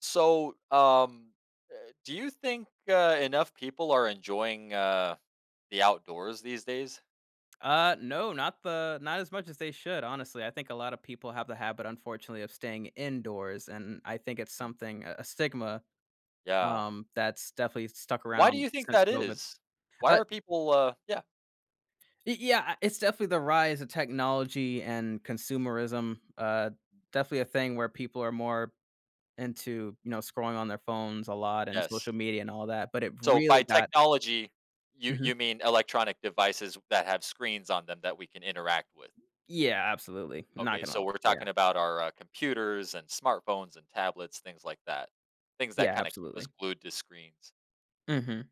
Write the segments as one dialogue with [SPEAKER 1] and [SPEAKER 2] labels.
[SPEAKER 1] So, um, uh, do you think enough people are enjoying the outdoors these days?
[SPEAKER 2] No, not the not as much as they should, honestly. I think a lot of people have the habit, unfortunately, of staying indoors, and I think it's
[SPEAKER 1] Hmm.
[SPEAKER 2] something a stigma,
[SPEAKER 1] Yeah.
[SPEAKER 2] that's definitely stuck
[SPEAKER 1] Why do
[SPEAKER 2] around
[SPEAKER 1] you think
[SPEAKER 2] since
[SPEAKER 1] that
[SPEAKER 2] COVID.
[SPEAKER 1] is? Why
[SPEAKER 2] Uh,
[SPEAKER 1] are people? Yeah.
[SPEAKER 2] y yeah, it's definitely the rise of technology and consumerism, definitely a thing where people are more into, you know, scrolling on their phones a lot and
[SPEAKER 1] Yes.
[SPEAKER 2] social media and all that, but it
[SPEAKER 1] So
[SPEAKER 2] really
[SPEAKER 1] by
[SPEAKER 2] got
[SPEAKER 1] technology, you
[SPEAKER 2] mhm.
[SPEAKER 1] you mean electronic devices that have screens on them that we can interact with?
[SPEAKER 2] Yeah, absolutely, not
[SPEAKER 1] Okay.
[SPEAKER 2] gonna
[SPEAKER 1] So we're
[SPEAKER 2] yeah.
[SPEAKER 1] talking about our computers and smartphones and tablets, things like that. Things that
[SPEAKER 2] Yeah,
[SPEAKER 1] kind of keep us
[SPEAKER 2] absolutely.
[SPEAKER 1] glued to screens.
[SPEAKER 2] Mhm.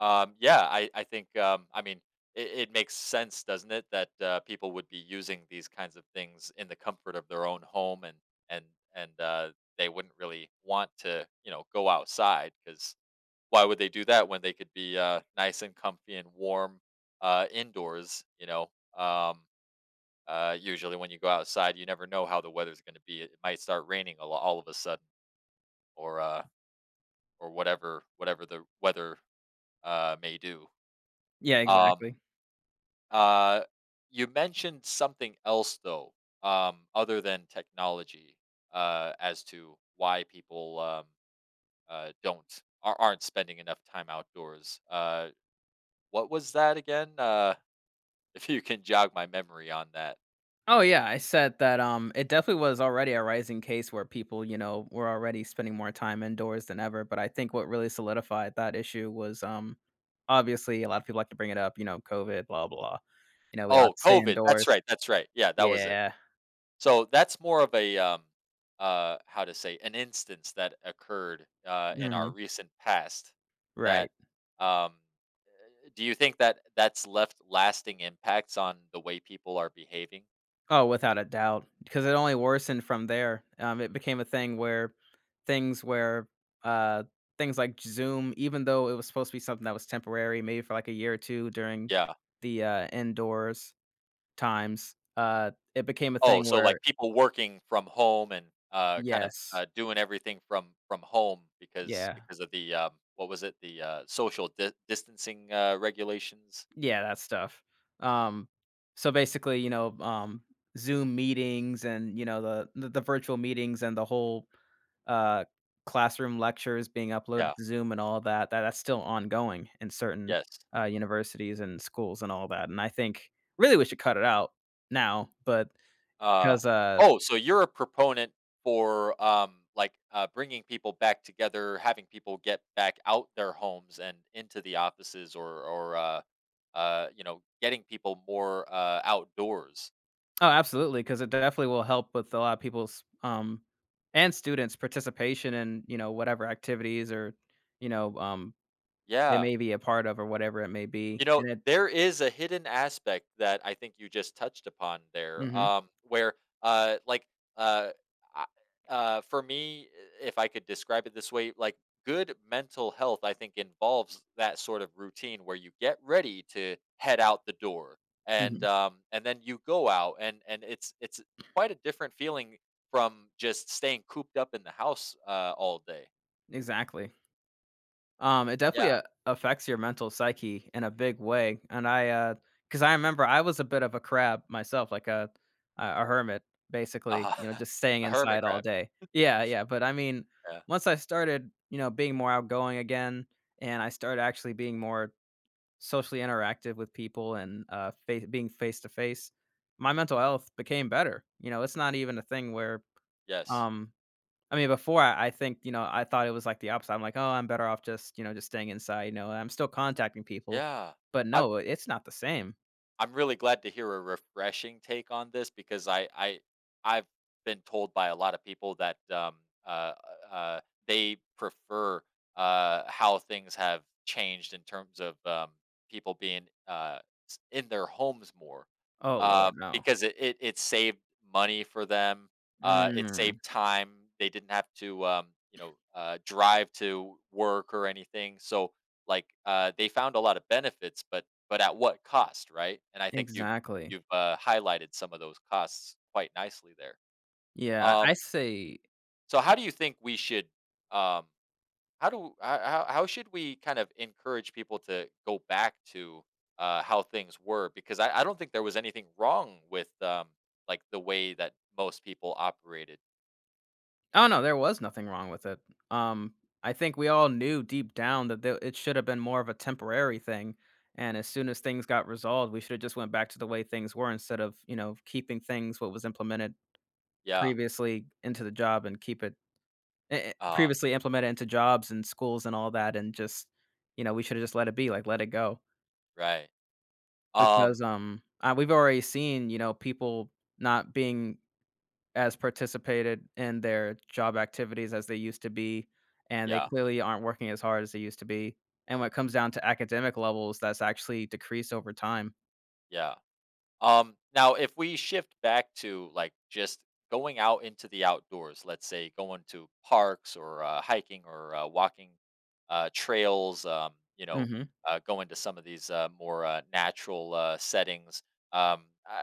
[SPEAKER 1] Yeah, I think, I mean, it makes sense, doesn't it, that people would be using these kinds of things in the comfort of their own home, and and they wouldn't really want to, go outside because why would they do that when they could be nice and comfy and warm indoors? Um, Usually when you go outside, you never know how the weather's going to be. It might start raining all of a sudden, or or whatever the weather may do.
[SPEAKER 2] Yeah,
[SPEAKER 1] Um,
[SPEAKER 2] exactly.
[SPEAKER 1] Uh, you mentioned something else though, other than technology, as to why people don't aren't spending enough time outdoors. What was that again? If you can jog my memory on that.
[SPEAKER 2] Oh yeah, I said that it definitely was already a rising case where people, you know, were already spending more time indoors than ever, but I think what really solidified that issue was obviously a lot of people like to bring it up, you know, COVID, blah blah. You know, we ought
[SPEAKER 1] Oh,
[SPEAKER 2] to stay
[SPEAKER 1] COVID. That's
[SPEAKER 2] indoors.
[SPEAKER 1] right. That's right. Yeah, that was it.
[SPEAKER 2] Yeah.
[SPEAKER 1] So that's more of a how to say an instance that occurred in
[SPEAKER 2] Hmm.
[SPEAKER 1] our recent past
[SPEAKER 2] Right.
[SPEAKER 1] that um, do you think that that's left lasting impacts on the way people are behaving?
[SPEAKER 2] Oh, without a doubt, because it only worsened from there. It became a thing where things where uh things like Zoom, even though it was supposed to be something that was temporary, maybe for like a year or two during
[SPEAKER 1] Yeah.
[SPEAKER 2] the indoors times. It became a
[SPEAKER 1] Oh,
[SPEAKER 2] thing
[SPEAKER 1] so,
[SPEAKER 2] where
[SPEAKER 1] like, people working from home and, kind of,
[SPEAKER 2] yes.
[SPEAKER 1] doing everything from home because
[SPEAKER 2] Yeah.
[SPEAKER 1] because of the, what was it? The, social di distancing, regulations?
[SPEAKER 2] Yeah, that stuff. Um, so basically, you know, Zoom meetings and, you know, the virtual meetings and the whole, uh, classroom lectures being uploaded
[SPEAKER 1] Yeah.
[SPEAKER 2] to Zoom and all that, that's still ongoing in certain,
[SPEAKER 1] Yes.
[SPEAKER 2] universities and schools and all that, and I think really we should cut it out now, but
[SPEAKER 1] Uh,
[SPEAKER 2] 'cause.
[SPEAKER 1] oh, so you're a proponent for, like, bringing people back together, having people get back out their homes and into the offices or, you know, getting people more, outdoors.
[SPEAKER 2] Oh, absolutely! Because it definitely will help with a lot of people's, and students' participation in, you know, whatever activities or, you know, they
[SPEAKER 1] Yeah.
[SPEAKER 2] may be a part of or whatever it may be,
[SPEAKER 1] You know,
[SPEAKER 2] and it
[SPEAKER 1] there is a hidden aspect that I think you just touched upon there,
[SPEAKER 2] mhm,
[SPEAKER 1] where, like, uh, I for me, if I could describe it this way, like, good mental health, I think, involves that sort of routine where you get ready to head out the door,
[SPEAKER 2] mhm,
[SPEAKER 1] and then you go out, and it's quite a different feeling from just staying cooped up in the house, all day.
[SPEAKER 2] exactly. It definitely
[SPEAKER 1] Yeah.
[SPEAKER 2] a affects your mental psyche in a big way, and I remember I was a bit of a crab myself, like a hermit, basically,
[SPEAKER 1] uh
[SPEAKER 2] you know, just staying
[SPEAKER 1] A hermit
[SPEAKER 2] inside all
[SPEAKER 1] crab.
[SPEAKER 2] day. Yeah, yeah, but I mean,
[SPEAKER 1] Yeah.
[SPEAKER 2] once I started, you know, being more outgoing again, and I started actually being more socially interactive with people and, face being face to face, my mental health became better, you know, it's not even a thing where,
[SPEAKER 1] Yes.
[SPEAKER 2] um I mean, before I think, you know, I thought it was like the opposite. I'm like, "Oh, I'm better off just, you know, just staying inside," you know, I'm still contacting people,
[SPEAKER 1] Yeah.
[SPEAKER 2] but
[SPEAKER 1] I
[SPEAKER 2] no, it's not the same.
[SPEAKER 1] I'm really glad to hear a refreshing take on this because I've been told by a lot of people that uh uh they prefer how things have changed in terms of people being in their homes more
[SPEAKER 2] Oh lord, no.
[SPEAKER 1] because it saved money for them it
[SPEAKER 2] Mm,
[SPEAKER 1] saved time they didn't have to drive to work or anything so like they found a lot of benefits but at what cost, right? And I think you've
[SPEAKER 2] exactly.
[SPEAKER 1] you've, uh, highlighted some of those costs quite nicely there.
[SPEAKER 2] Yeah, I
[SPEAKER 1] Um,
[SPEAKER 2] say
[SPEAKER 1] so how do you think we should, um how do ho how should we kind of encourage people to go back to, how things were? Because I don't think there was anything wrong with, like, the way that most people operated.
[SPEAKER 2] oh, no, there was nothing wrong with it. Um, I think we all knew deep down that the it should have been more of a temporary thing, and as soon as things got resolved, we should have just went back to the way things were instead of, you know, keeping things what was implemented
[SPEAKER 1] Yeah.
[SPEAKER 2] previously into the job and keep it
[SPEAKER 1] Uh,
[SPEAKER 2] previously implement it into jobs and schools and all that, and just, you know, we shoulda just let it be, like, let it go.
[SPEAKER 1] right. Um,
[SPEAKER 2] Because, we've already seen, you know, people not being as participated in their job activities as they used to be, and they
[SPEAKER 1] yeah,
[SPEAKER 2] clearly aren't working as hard as they used to be. And when it comes down to academic levels, that's actually decreased over time.
[SPEAKER 1] yeah. Now, if we shift back to like just going out into the outdoors, let's say going to parks or hiking or walking trails, you know,
[SPEAKER 2] Mhm,
[SPEAKER 1] going to some of these more natural settings. Um, I,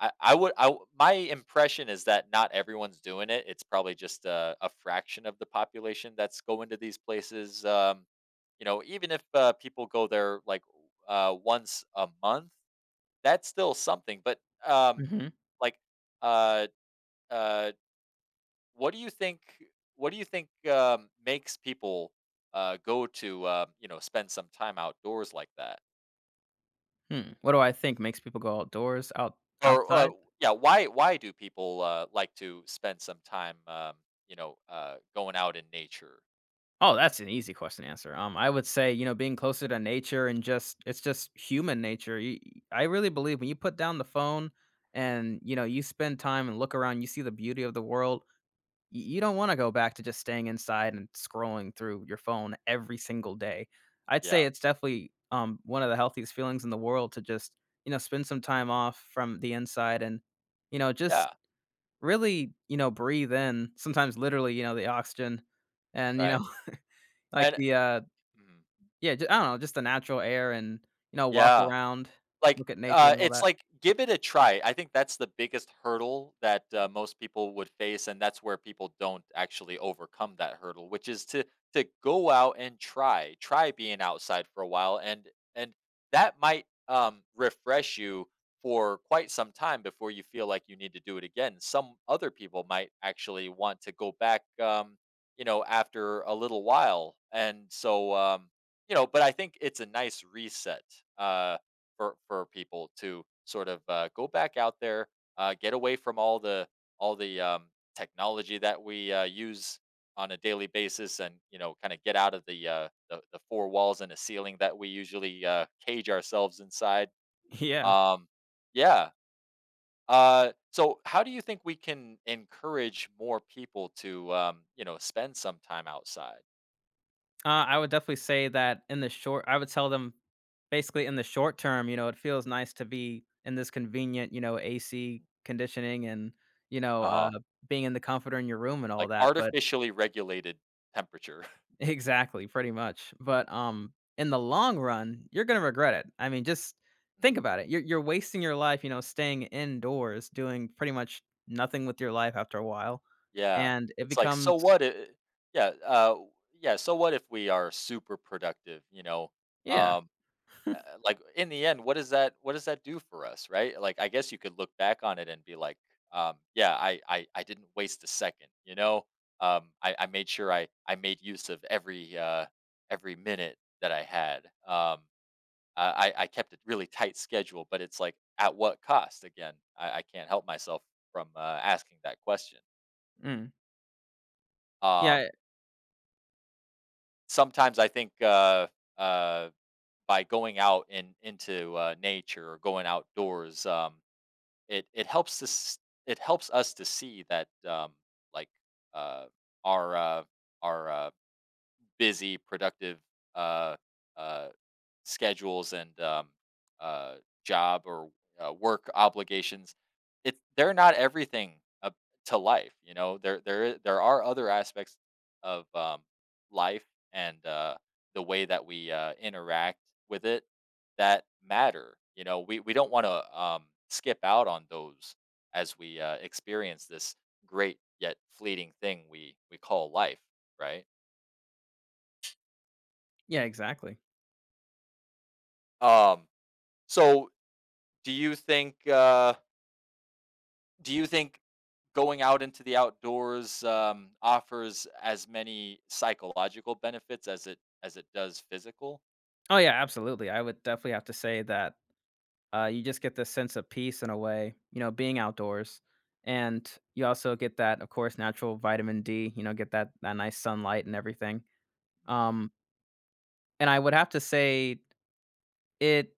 [SPEAKER 1] I would, I, w- My impression is that not everyone's doing it. It's probably just a fraction of the population that's going to these places. You know, even if people go there like once a month that's still something, but, um,
[SPEAKER 2] mhm,
[SPEAKER 1] like, uh, uh, what do you think makes people, go to, you know, spend some time outdoors like that?
[SPEAKER 2] hmm. What do I think makes people go outdoors,
[SPEAKER 1] Or, uh
[SPEAKER 2] outside?
[SPEAKER 1] yeah, why do people, like to spend some time, you know, going out in nature?
[SPEAKER 2] Oh, that's an easy question to answer. I would say, you know, being closer to nature and just it's just human nature. You, I really believe when you put down the phone and you know you spend time and look around, you see the beauty of the world. You don't want to go back to just staying inside and scrolling through your phone every single day. I'd say
[SPEAKER 1] Yeah.
[SPEAKER 2] it's definitely one of the healthiest feelings in the world to just you know spend some time off from the inside and you know just
[SPEAKER 1] Yeah,
[SPEAKER 2] really you know breathe in. Sometimes literally, you know, the oxygen and you
[SPEAKER 1] right,
[SPEAKER 2] know like
[SPEAKER 1] and
[SPEAKER 2] the
[SPEAKER 1] mhm.
[SPEAKER 2] yeah, ju I don't know, just the natural air and, you know, walk
[SPEAKER 1] Yeah.
[SPEAKER 2] around,
[SPEAKER 1] Like,
[SPEAKER 2] look at nature and all
[SPEAKER 1] it's
[SPEAKER 2] that.
[SPEAKER 1] like, give it a try. I think that's the biggest hurdle that, most people would face, and that's where people don't actually overcome that hurdle, which is to go out and try. Try being outside for a while, and that might, refresh you for quite some time before you feel like you need to do it again. Some other people might actually want to go back, you know, after a little while, and so, you know, but I think it's a nice reset, uh for people to sort of go back out there, get away from all the technology that we use on a daily basis, and you know, kind of get out of the, the four walls and a ceiling that we usually cage ourselves inside.
[SPEAKER 2] Yeah.
[SPEAKER 1] Um, yeah. So, how do you think we can encourage more people to, you know, spend some time outside?
[SPEAKER 2] I would definitely say that in the short I would tell them basically in the short term, you know, it feels nice to be in this convenient, you know, AC conditioning and, you know,
[SPEAKER 1] Uh huh.
[SPEAKER 2] being in the comforter in your room and all
[SPEAKER 1] Like
[SPEAKER 2] that, but
[SPEAKER 1] artificially regulated temperature.
[SPEAKER 2] exactly, pretty much. But in the long run, you're gonna regret it. I mean, just think
[SPEAKER 1] Mm.
[SPEAKER 2] about it. You're wasting your life, you know, staying indoors, doing pretty much nothing with your life after a while,
[SPEAKER 1] Yeah.
[SPEAKER 2] and it
[SPEAKER 1] It's like, so
[SPEAKER 2] becomes
[SPEAKER 1] what I yeah, yeah, so what if we are super productive, you know?
[SPEAKER 2] yeah,
[SPEAKER 1] Um, uh, like in the end, what does that do for us, right? Like I guess you could look back on it and be like, yeah, I didn't waste a second, you know? I made sure I made use of every minute that I had. I kept a really tight schedule, but it's like at what cost? Again, I can't help myself from asking that question.
[SPEAKER 2] mm, yeah,
[SPEAKER 1] Um Sometimes I think, uh, by going out in into, nature or going outdoors, it it helps to s it helps us to see that, like, uh, our, our, uh busy, productive uh, uh, schedules and uh, job or work obligations, it they're not everything to life. You know, there are other aspects of life and the way that we interact with it that matter. You know, we don't want to skip out on those as we experience this great yet fleeting thing we call life, right?
[SPEAKER 2] yeah, exactly.
[SPEAKER 1] Um, So, do you think do you think going out into the outdoors offers as many psychological benefits as it does physical?
[SPEAKER 2] Oh yeah, absolutely. I would definitely have to say that you just get this sense of peace in a way, you know, being outdoors, and you also get that, of course, natural vitamin D. You know, get that nice sunlight and everything.
[SPEAKER 1] Mhm.
[SPEAKER 2] Um, and I would have to say it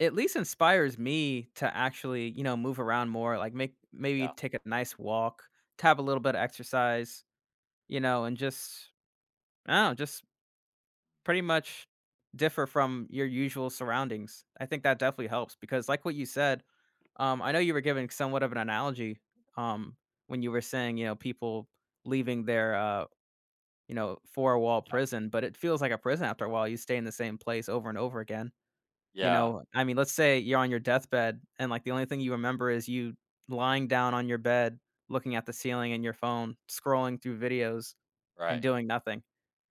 [SPEAKER 2] at least inspires me to actually, you know, move around more, like, make maybe
[SPEAKER 1] Yeah.
[SPEAKER 2] take a nice walk, to have a little bit of exercise, you know, and just I don't know, just pretty much differ from your usual surroundings. I think that definitely helps because like what you said, I know you were giving somewhat of an analogy, um, when you were saying, you know, people leaving their, you know, four-wall prison, but it feels like a prison after a while, you stay in the same place over and over again. You
[SPEAKER 1] Yeah.
[SPEAKER 2] know, I mean, let's say you're on your deathbed and, like, the only thing you remember is you lying down on your bed, looking at the ceiling and your phone, scrolling through videos and
[SPEAKER 1] Right.
[SPEAKER 2] doing nothing.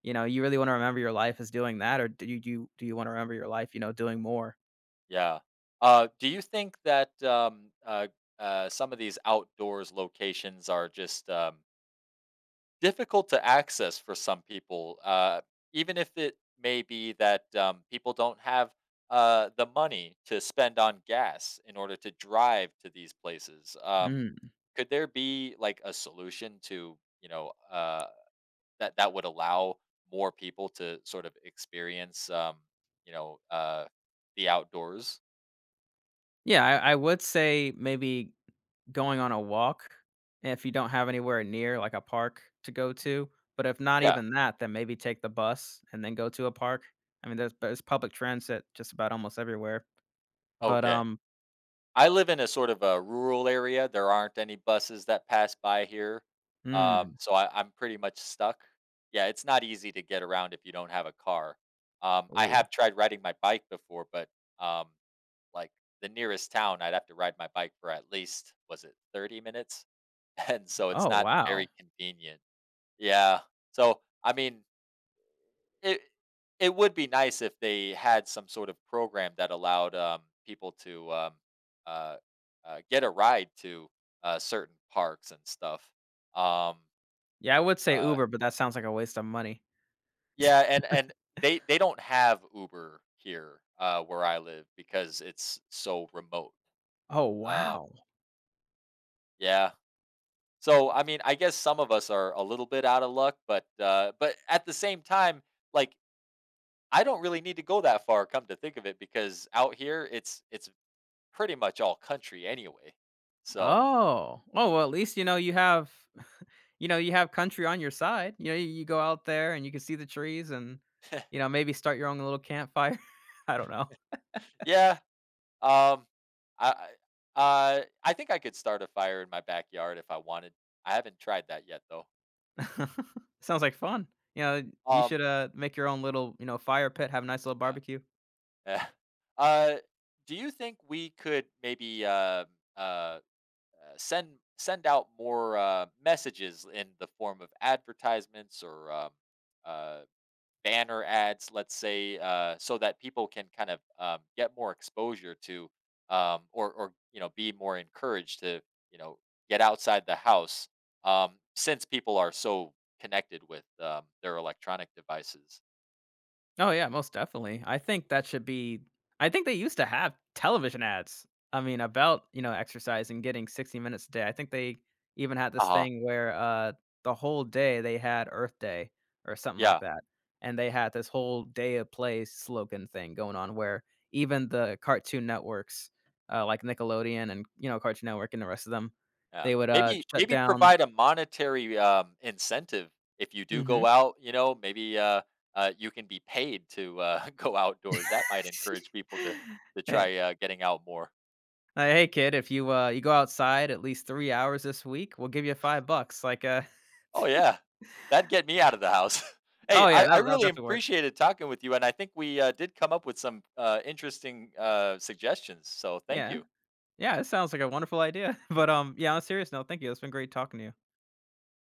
[SPEAKER 2] You know, you really wanna remember your life as doing that, or do you do you wanna remember your life, you know, doing more?
[SPEAKER 1] Yeah. Do you think that some of these outdoors locations are just difficult to access for some people, even if it may be that people don't have the money to spend on gas in order to drive to these places.
[SPEAKER 2] Mm.
[SPEAKER 1] Could there be like a solution to you know that that would allow more people to sort of experience you know the outdoors?
[SPEAKER 2] Yeah, I would say maybe going on a walk if you don't have anywhere near, like, a park to go to, but if not
[SPEAKER 1] Yeah.
[SPEAKER 2] even that, then maybe take the bus and then go to a park. I mean, there's public transit just about almost everywhere. But,
[SPEAKER 1] Okay. I live in a sort of a rural area. There aren't any buses that pass by here,
[SPEAKER 2] mm,
[SPEAKER 1] so I'm pretty much stuck. Yeah, it's not easy to get around if you don't have a car. I
[SPEAKER 2] ooh.
[SPEAKER 1] have tried riding my bike before, but um, like the nearest town, I'd have to ride my bike for at least was it 30 minutes, and so it's
[SPEAKER 2] Oh,
[SPEAKER 1] not
[SPEAKER 2] wow.
[SPEAKER 1] very convenient. Yeah. So I mean, it it would be nice if they had some sort of program that allowed, people to, uh, get a ride to, certain parks and stuff. Um,
[SPEAKER 2] Yeah, I would say
[SPEAKER 1] uh
[SPEAKER 2] Uber, but that sounds like a waste of money.
[SPEAKER 1] yeah, and they don't have Uber here, where I live because it's so remote.
[SPEAKER 2] Oh,
[SPEAKER 1] Um,
[SPEAKER 2] wow.
[SPEAKER 1] yeah. So, I mean, I guess some of us are a little bit out of luck, but at the same time, like, I don't really need to go that far, come to think of it, because out here, it's pretty much all country anyway. So,
[SPEAKER 2] Oh. Oh, well, at least, you know, you have you know, you have country on your side. You know, you go out there and you can see the trees and, you know, maybe start your own little campfire. I don't know.
[SPEAKER 1] yeah, um, I I- I think I could start a fire in my backyard if I wanted. I haven't tried that yet though.
[SPEAKER 2] Sounds like fun. You know, you
[SPEAKER 1] Um,
[SPEAKER 2] should, make your own little, you know, fire pit, have a nice little
[SPEAKER 1] yeah.
[SPEAKER 2] barbecue.
[SPEAKER 1] Yeah. Uh, do you think we could maybe uh, uh, send out more messages in the form of advertisements or uh, banner ads, let's say, so that people can kind of get more exposure to, or you know, be more encouraged to you know get outside the house, since people are so connected with their electronic devices.
[SPEAKER 2] Oh, yeah, most definitely. I think that should be I think they used to have television ads, I mean, about, you know, exercise and getting 60 minutes a day. I think they even had
[SPEAKER 1] Uh
[SPEAKER 2] this
[SPEAKER 1] huh.
[SPEAKER 2] thing where, the whole day they had Earth Day or something like
[SPEAKER 1] Yeah.
[SPEAKER 2] that, and they had this whole day of play slogan thing going on where even the Cartoon Networks, like Nickelodeon and, you know, Cartoon Network and the rest of them,
[SPEAKER 1] Yeah.
[SPEAKER 2] they would, shut
[SPEAKER 1] Maybe
[SPEAKER 2] down
[SPEAKER 1] provide a monetary incentive if you do
[SPEAKER 2] mhm.
[SPEAKER 1] go out. You know, maybe you can be paid to go outdoors. That might encourage people to try getting out more.
[SPEAKER 2] Hey kid, if you go outside at least 3 hours this week, we'll give you $5. Like
[SPEAKER 1] Oh, yeah. That'd get me out of the house.
[SPEAKER 2] oh
[SPEAKER 1] Hey,
[SPEAKER 2] yeah,
[SPEAKER 1] I
[SPEAKER 2] that'll
[SPEAKER 1] really
[SPEAKER 2] definitely work.
[SPEAKER 1] appreciated talking with you, and I think we, did come up with some, interesting, suggestions, so thank
[SPEAKER 2] Yeah.
[SPEAKER 1] you.
[SPEAKER 2] Yeah, it sounds like a wonderful idea. But yeah, on a serious note, thank you. It's been great talking to you.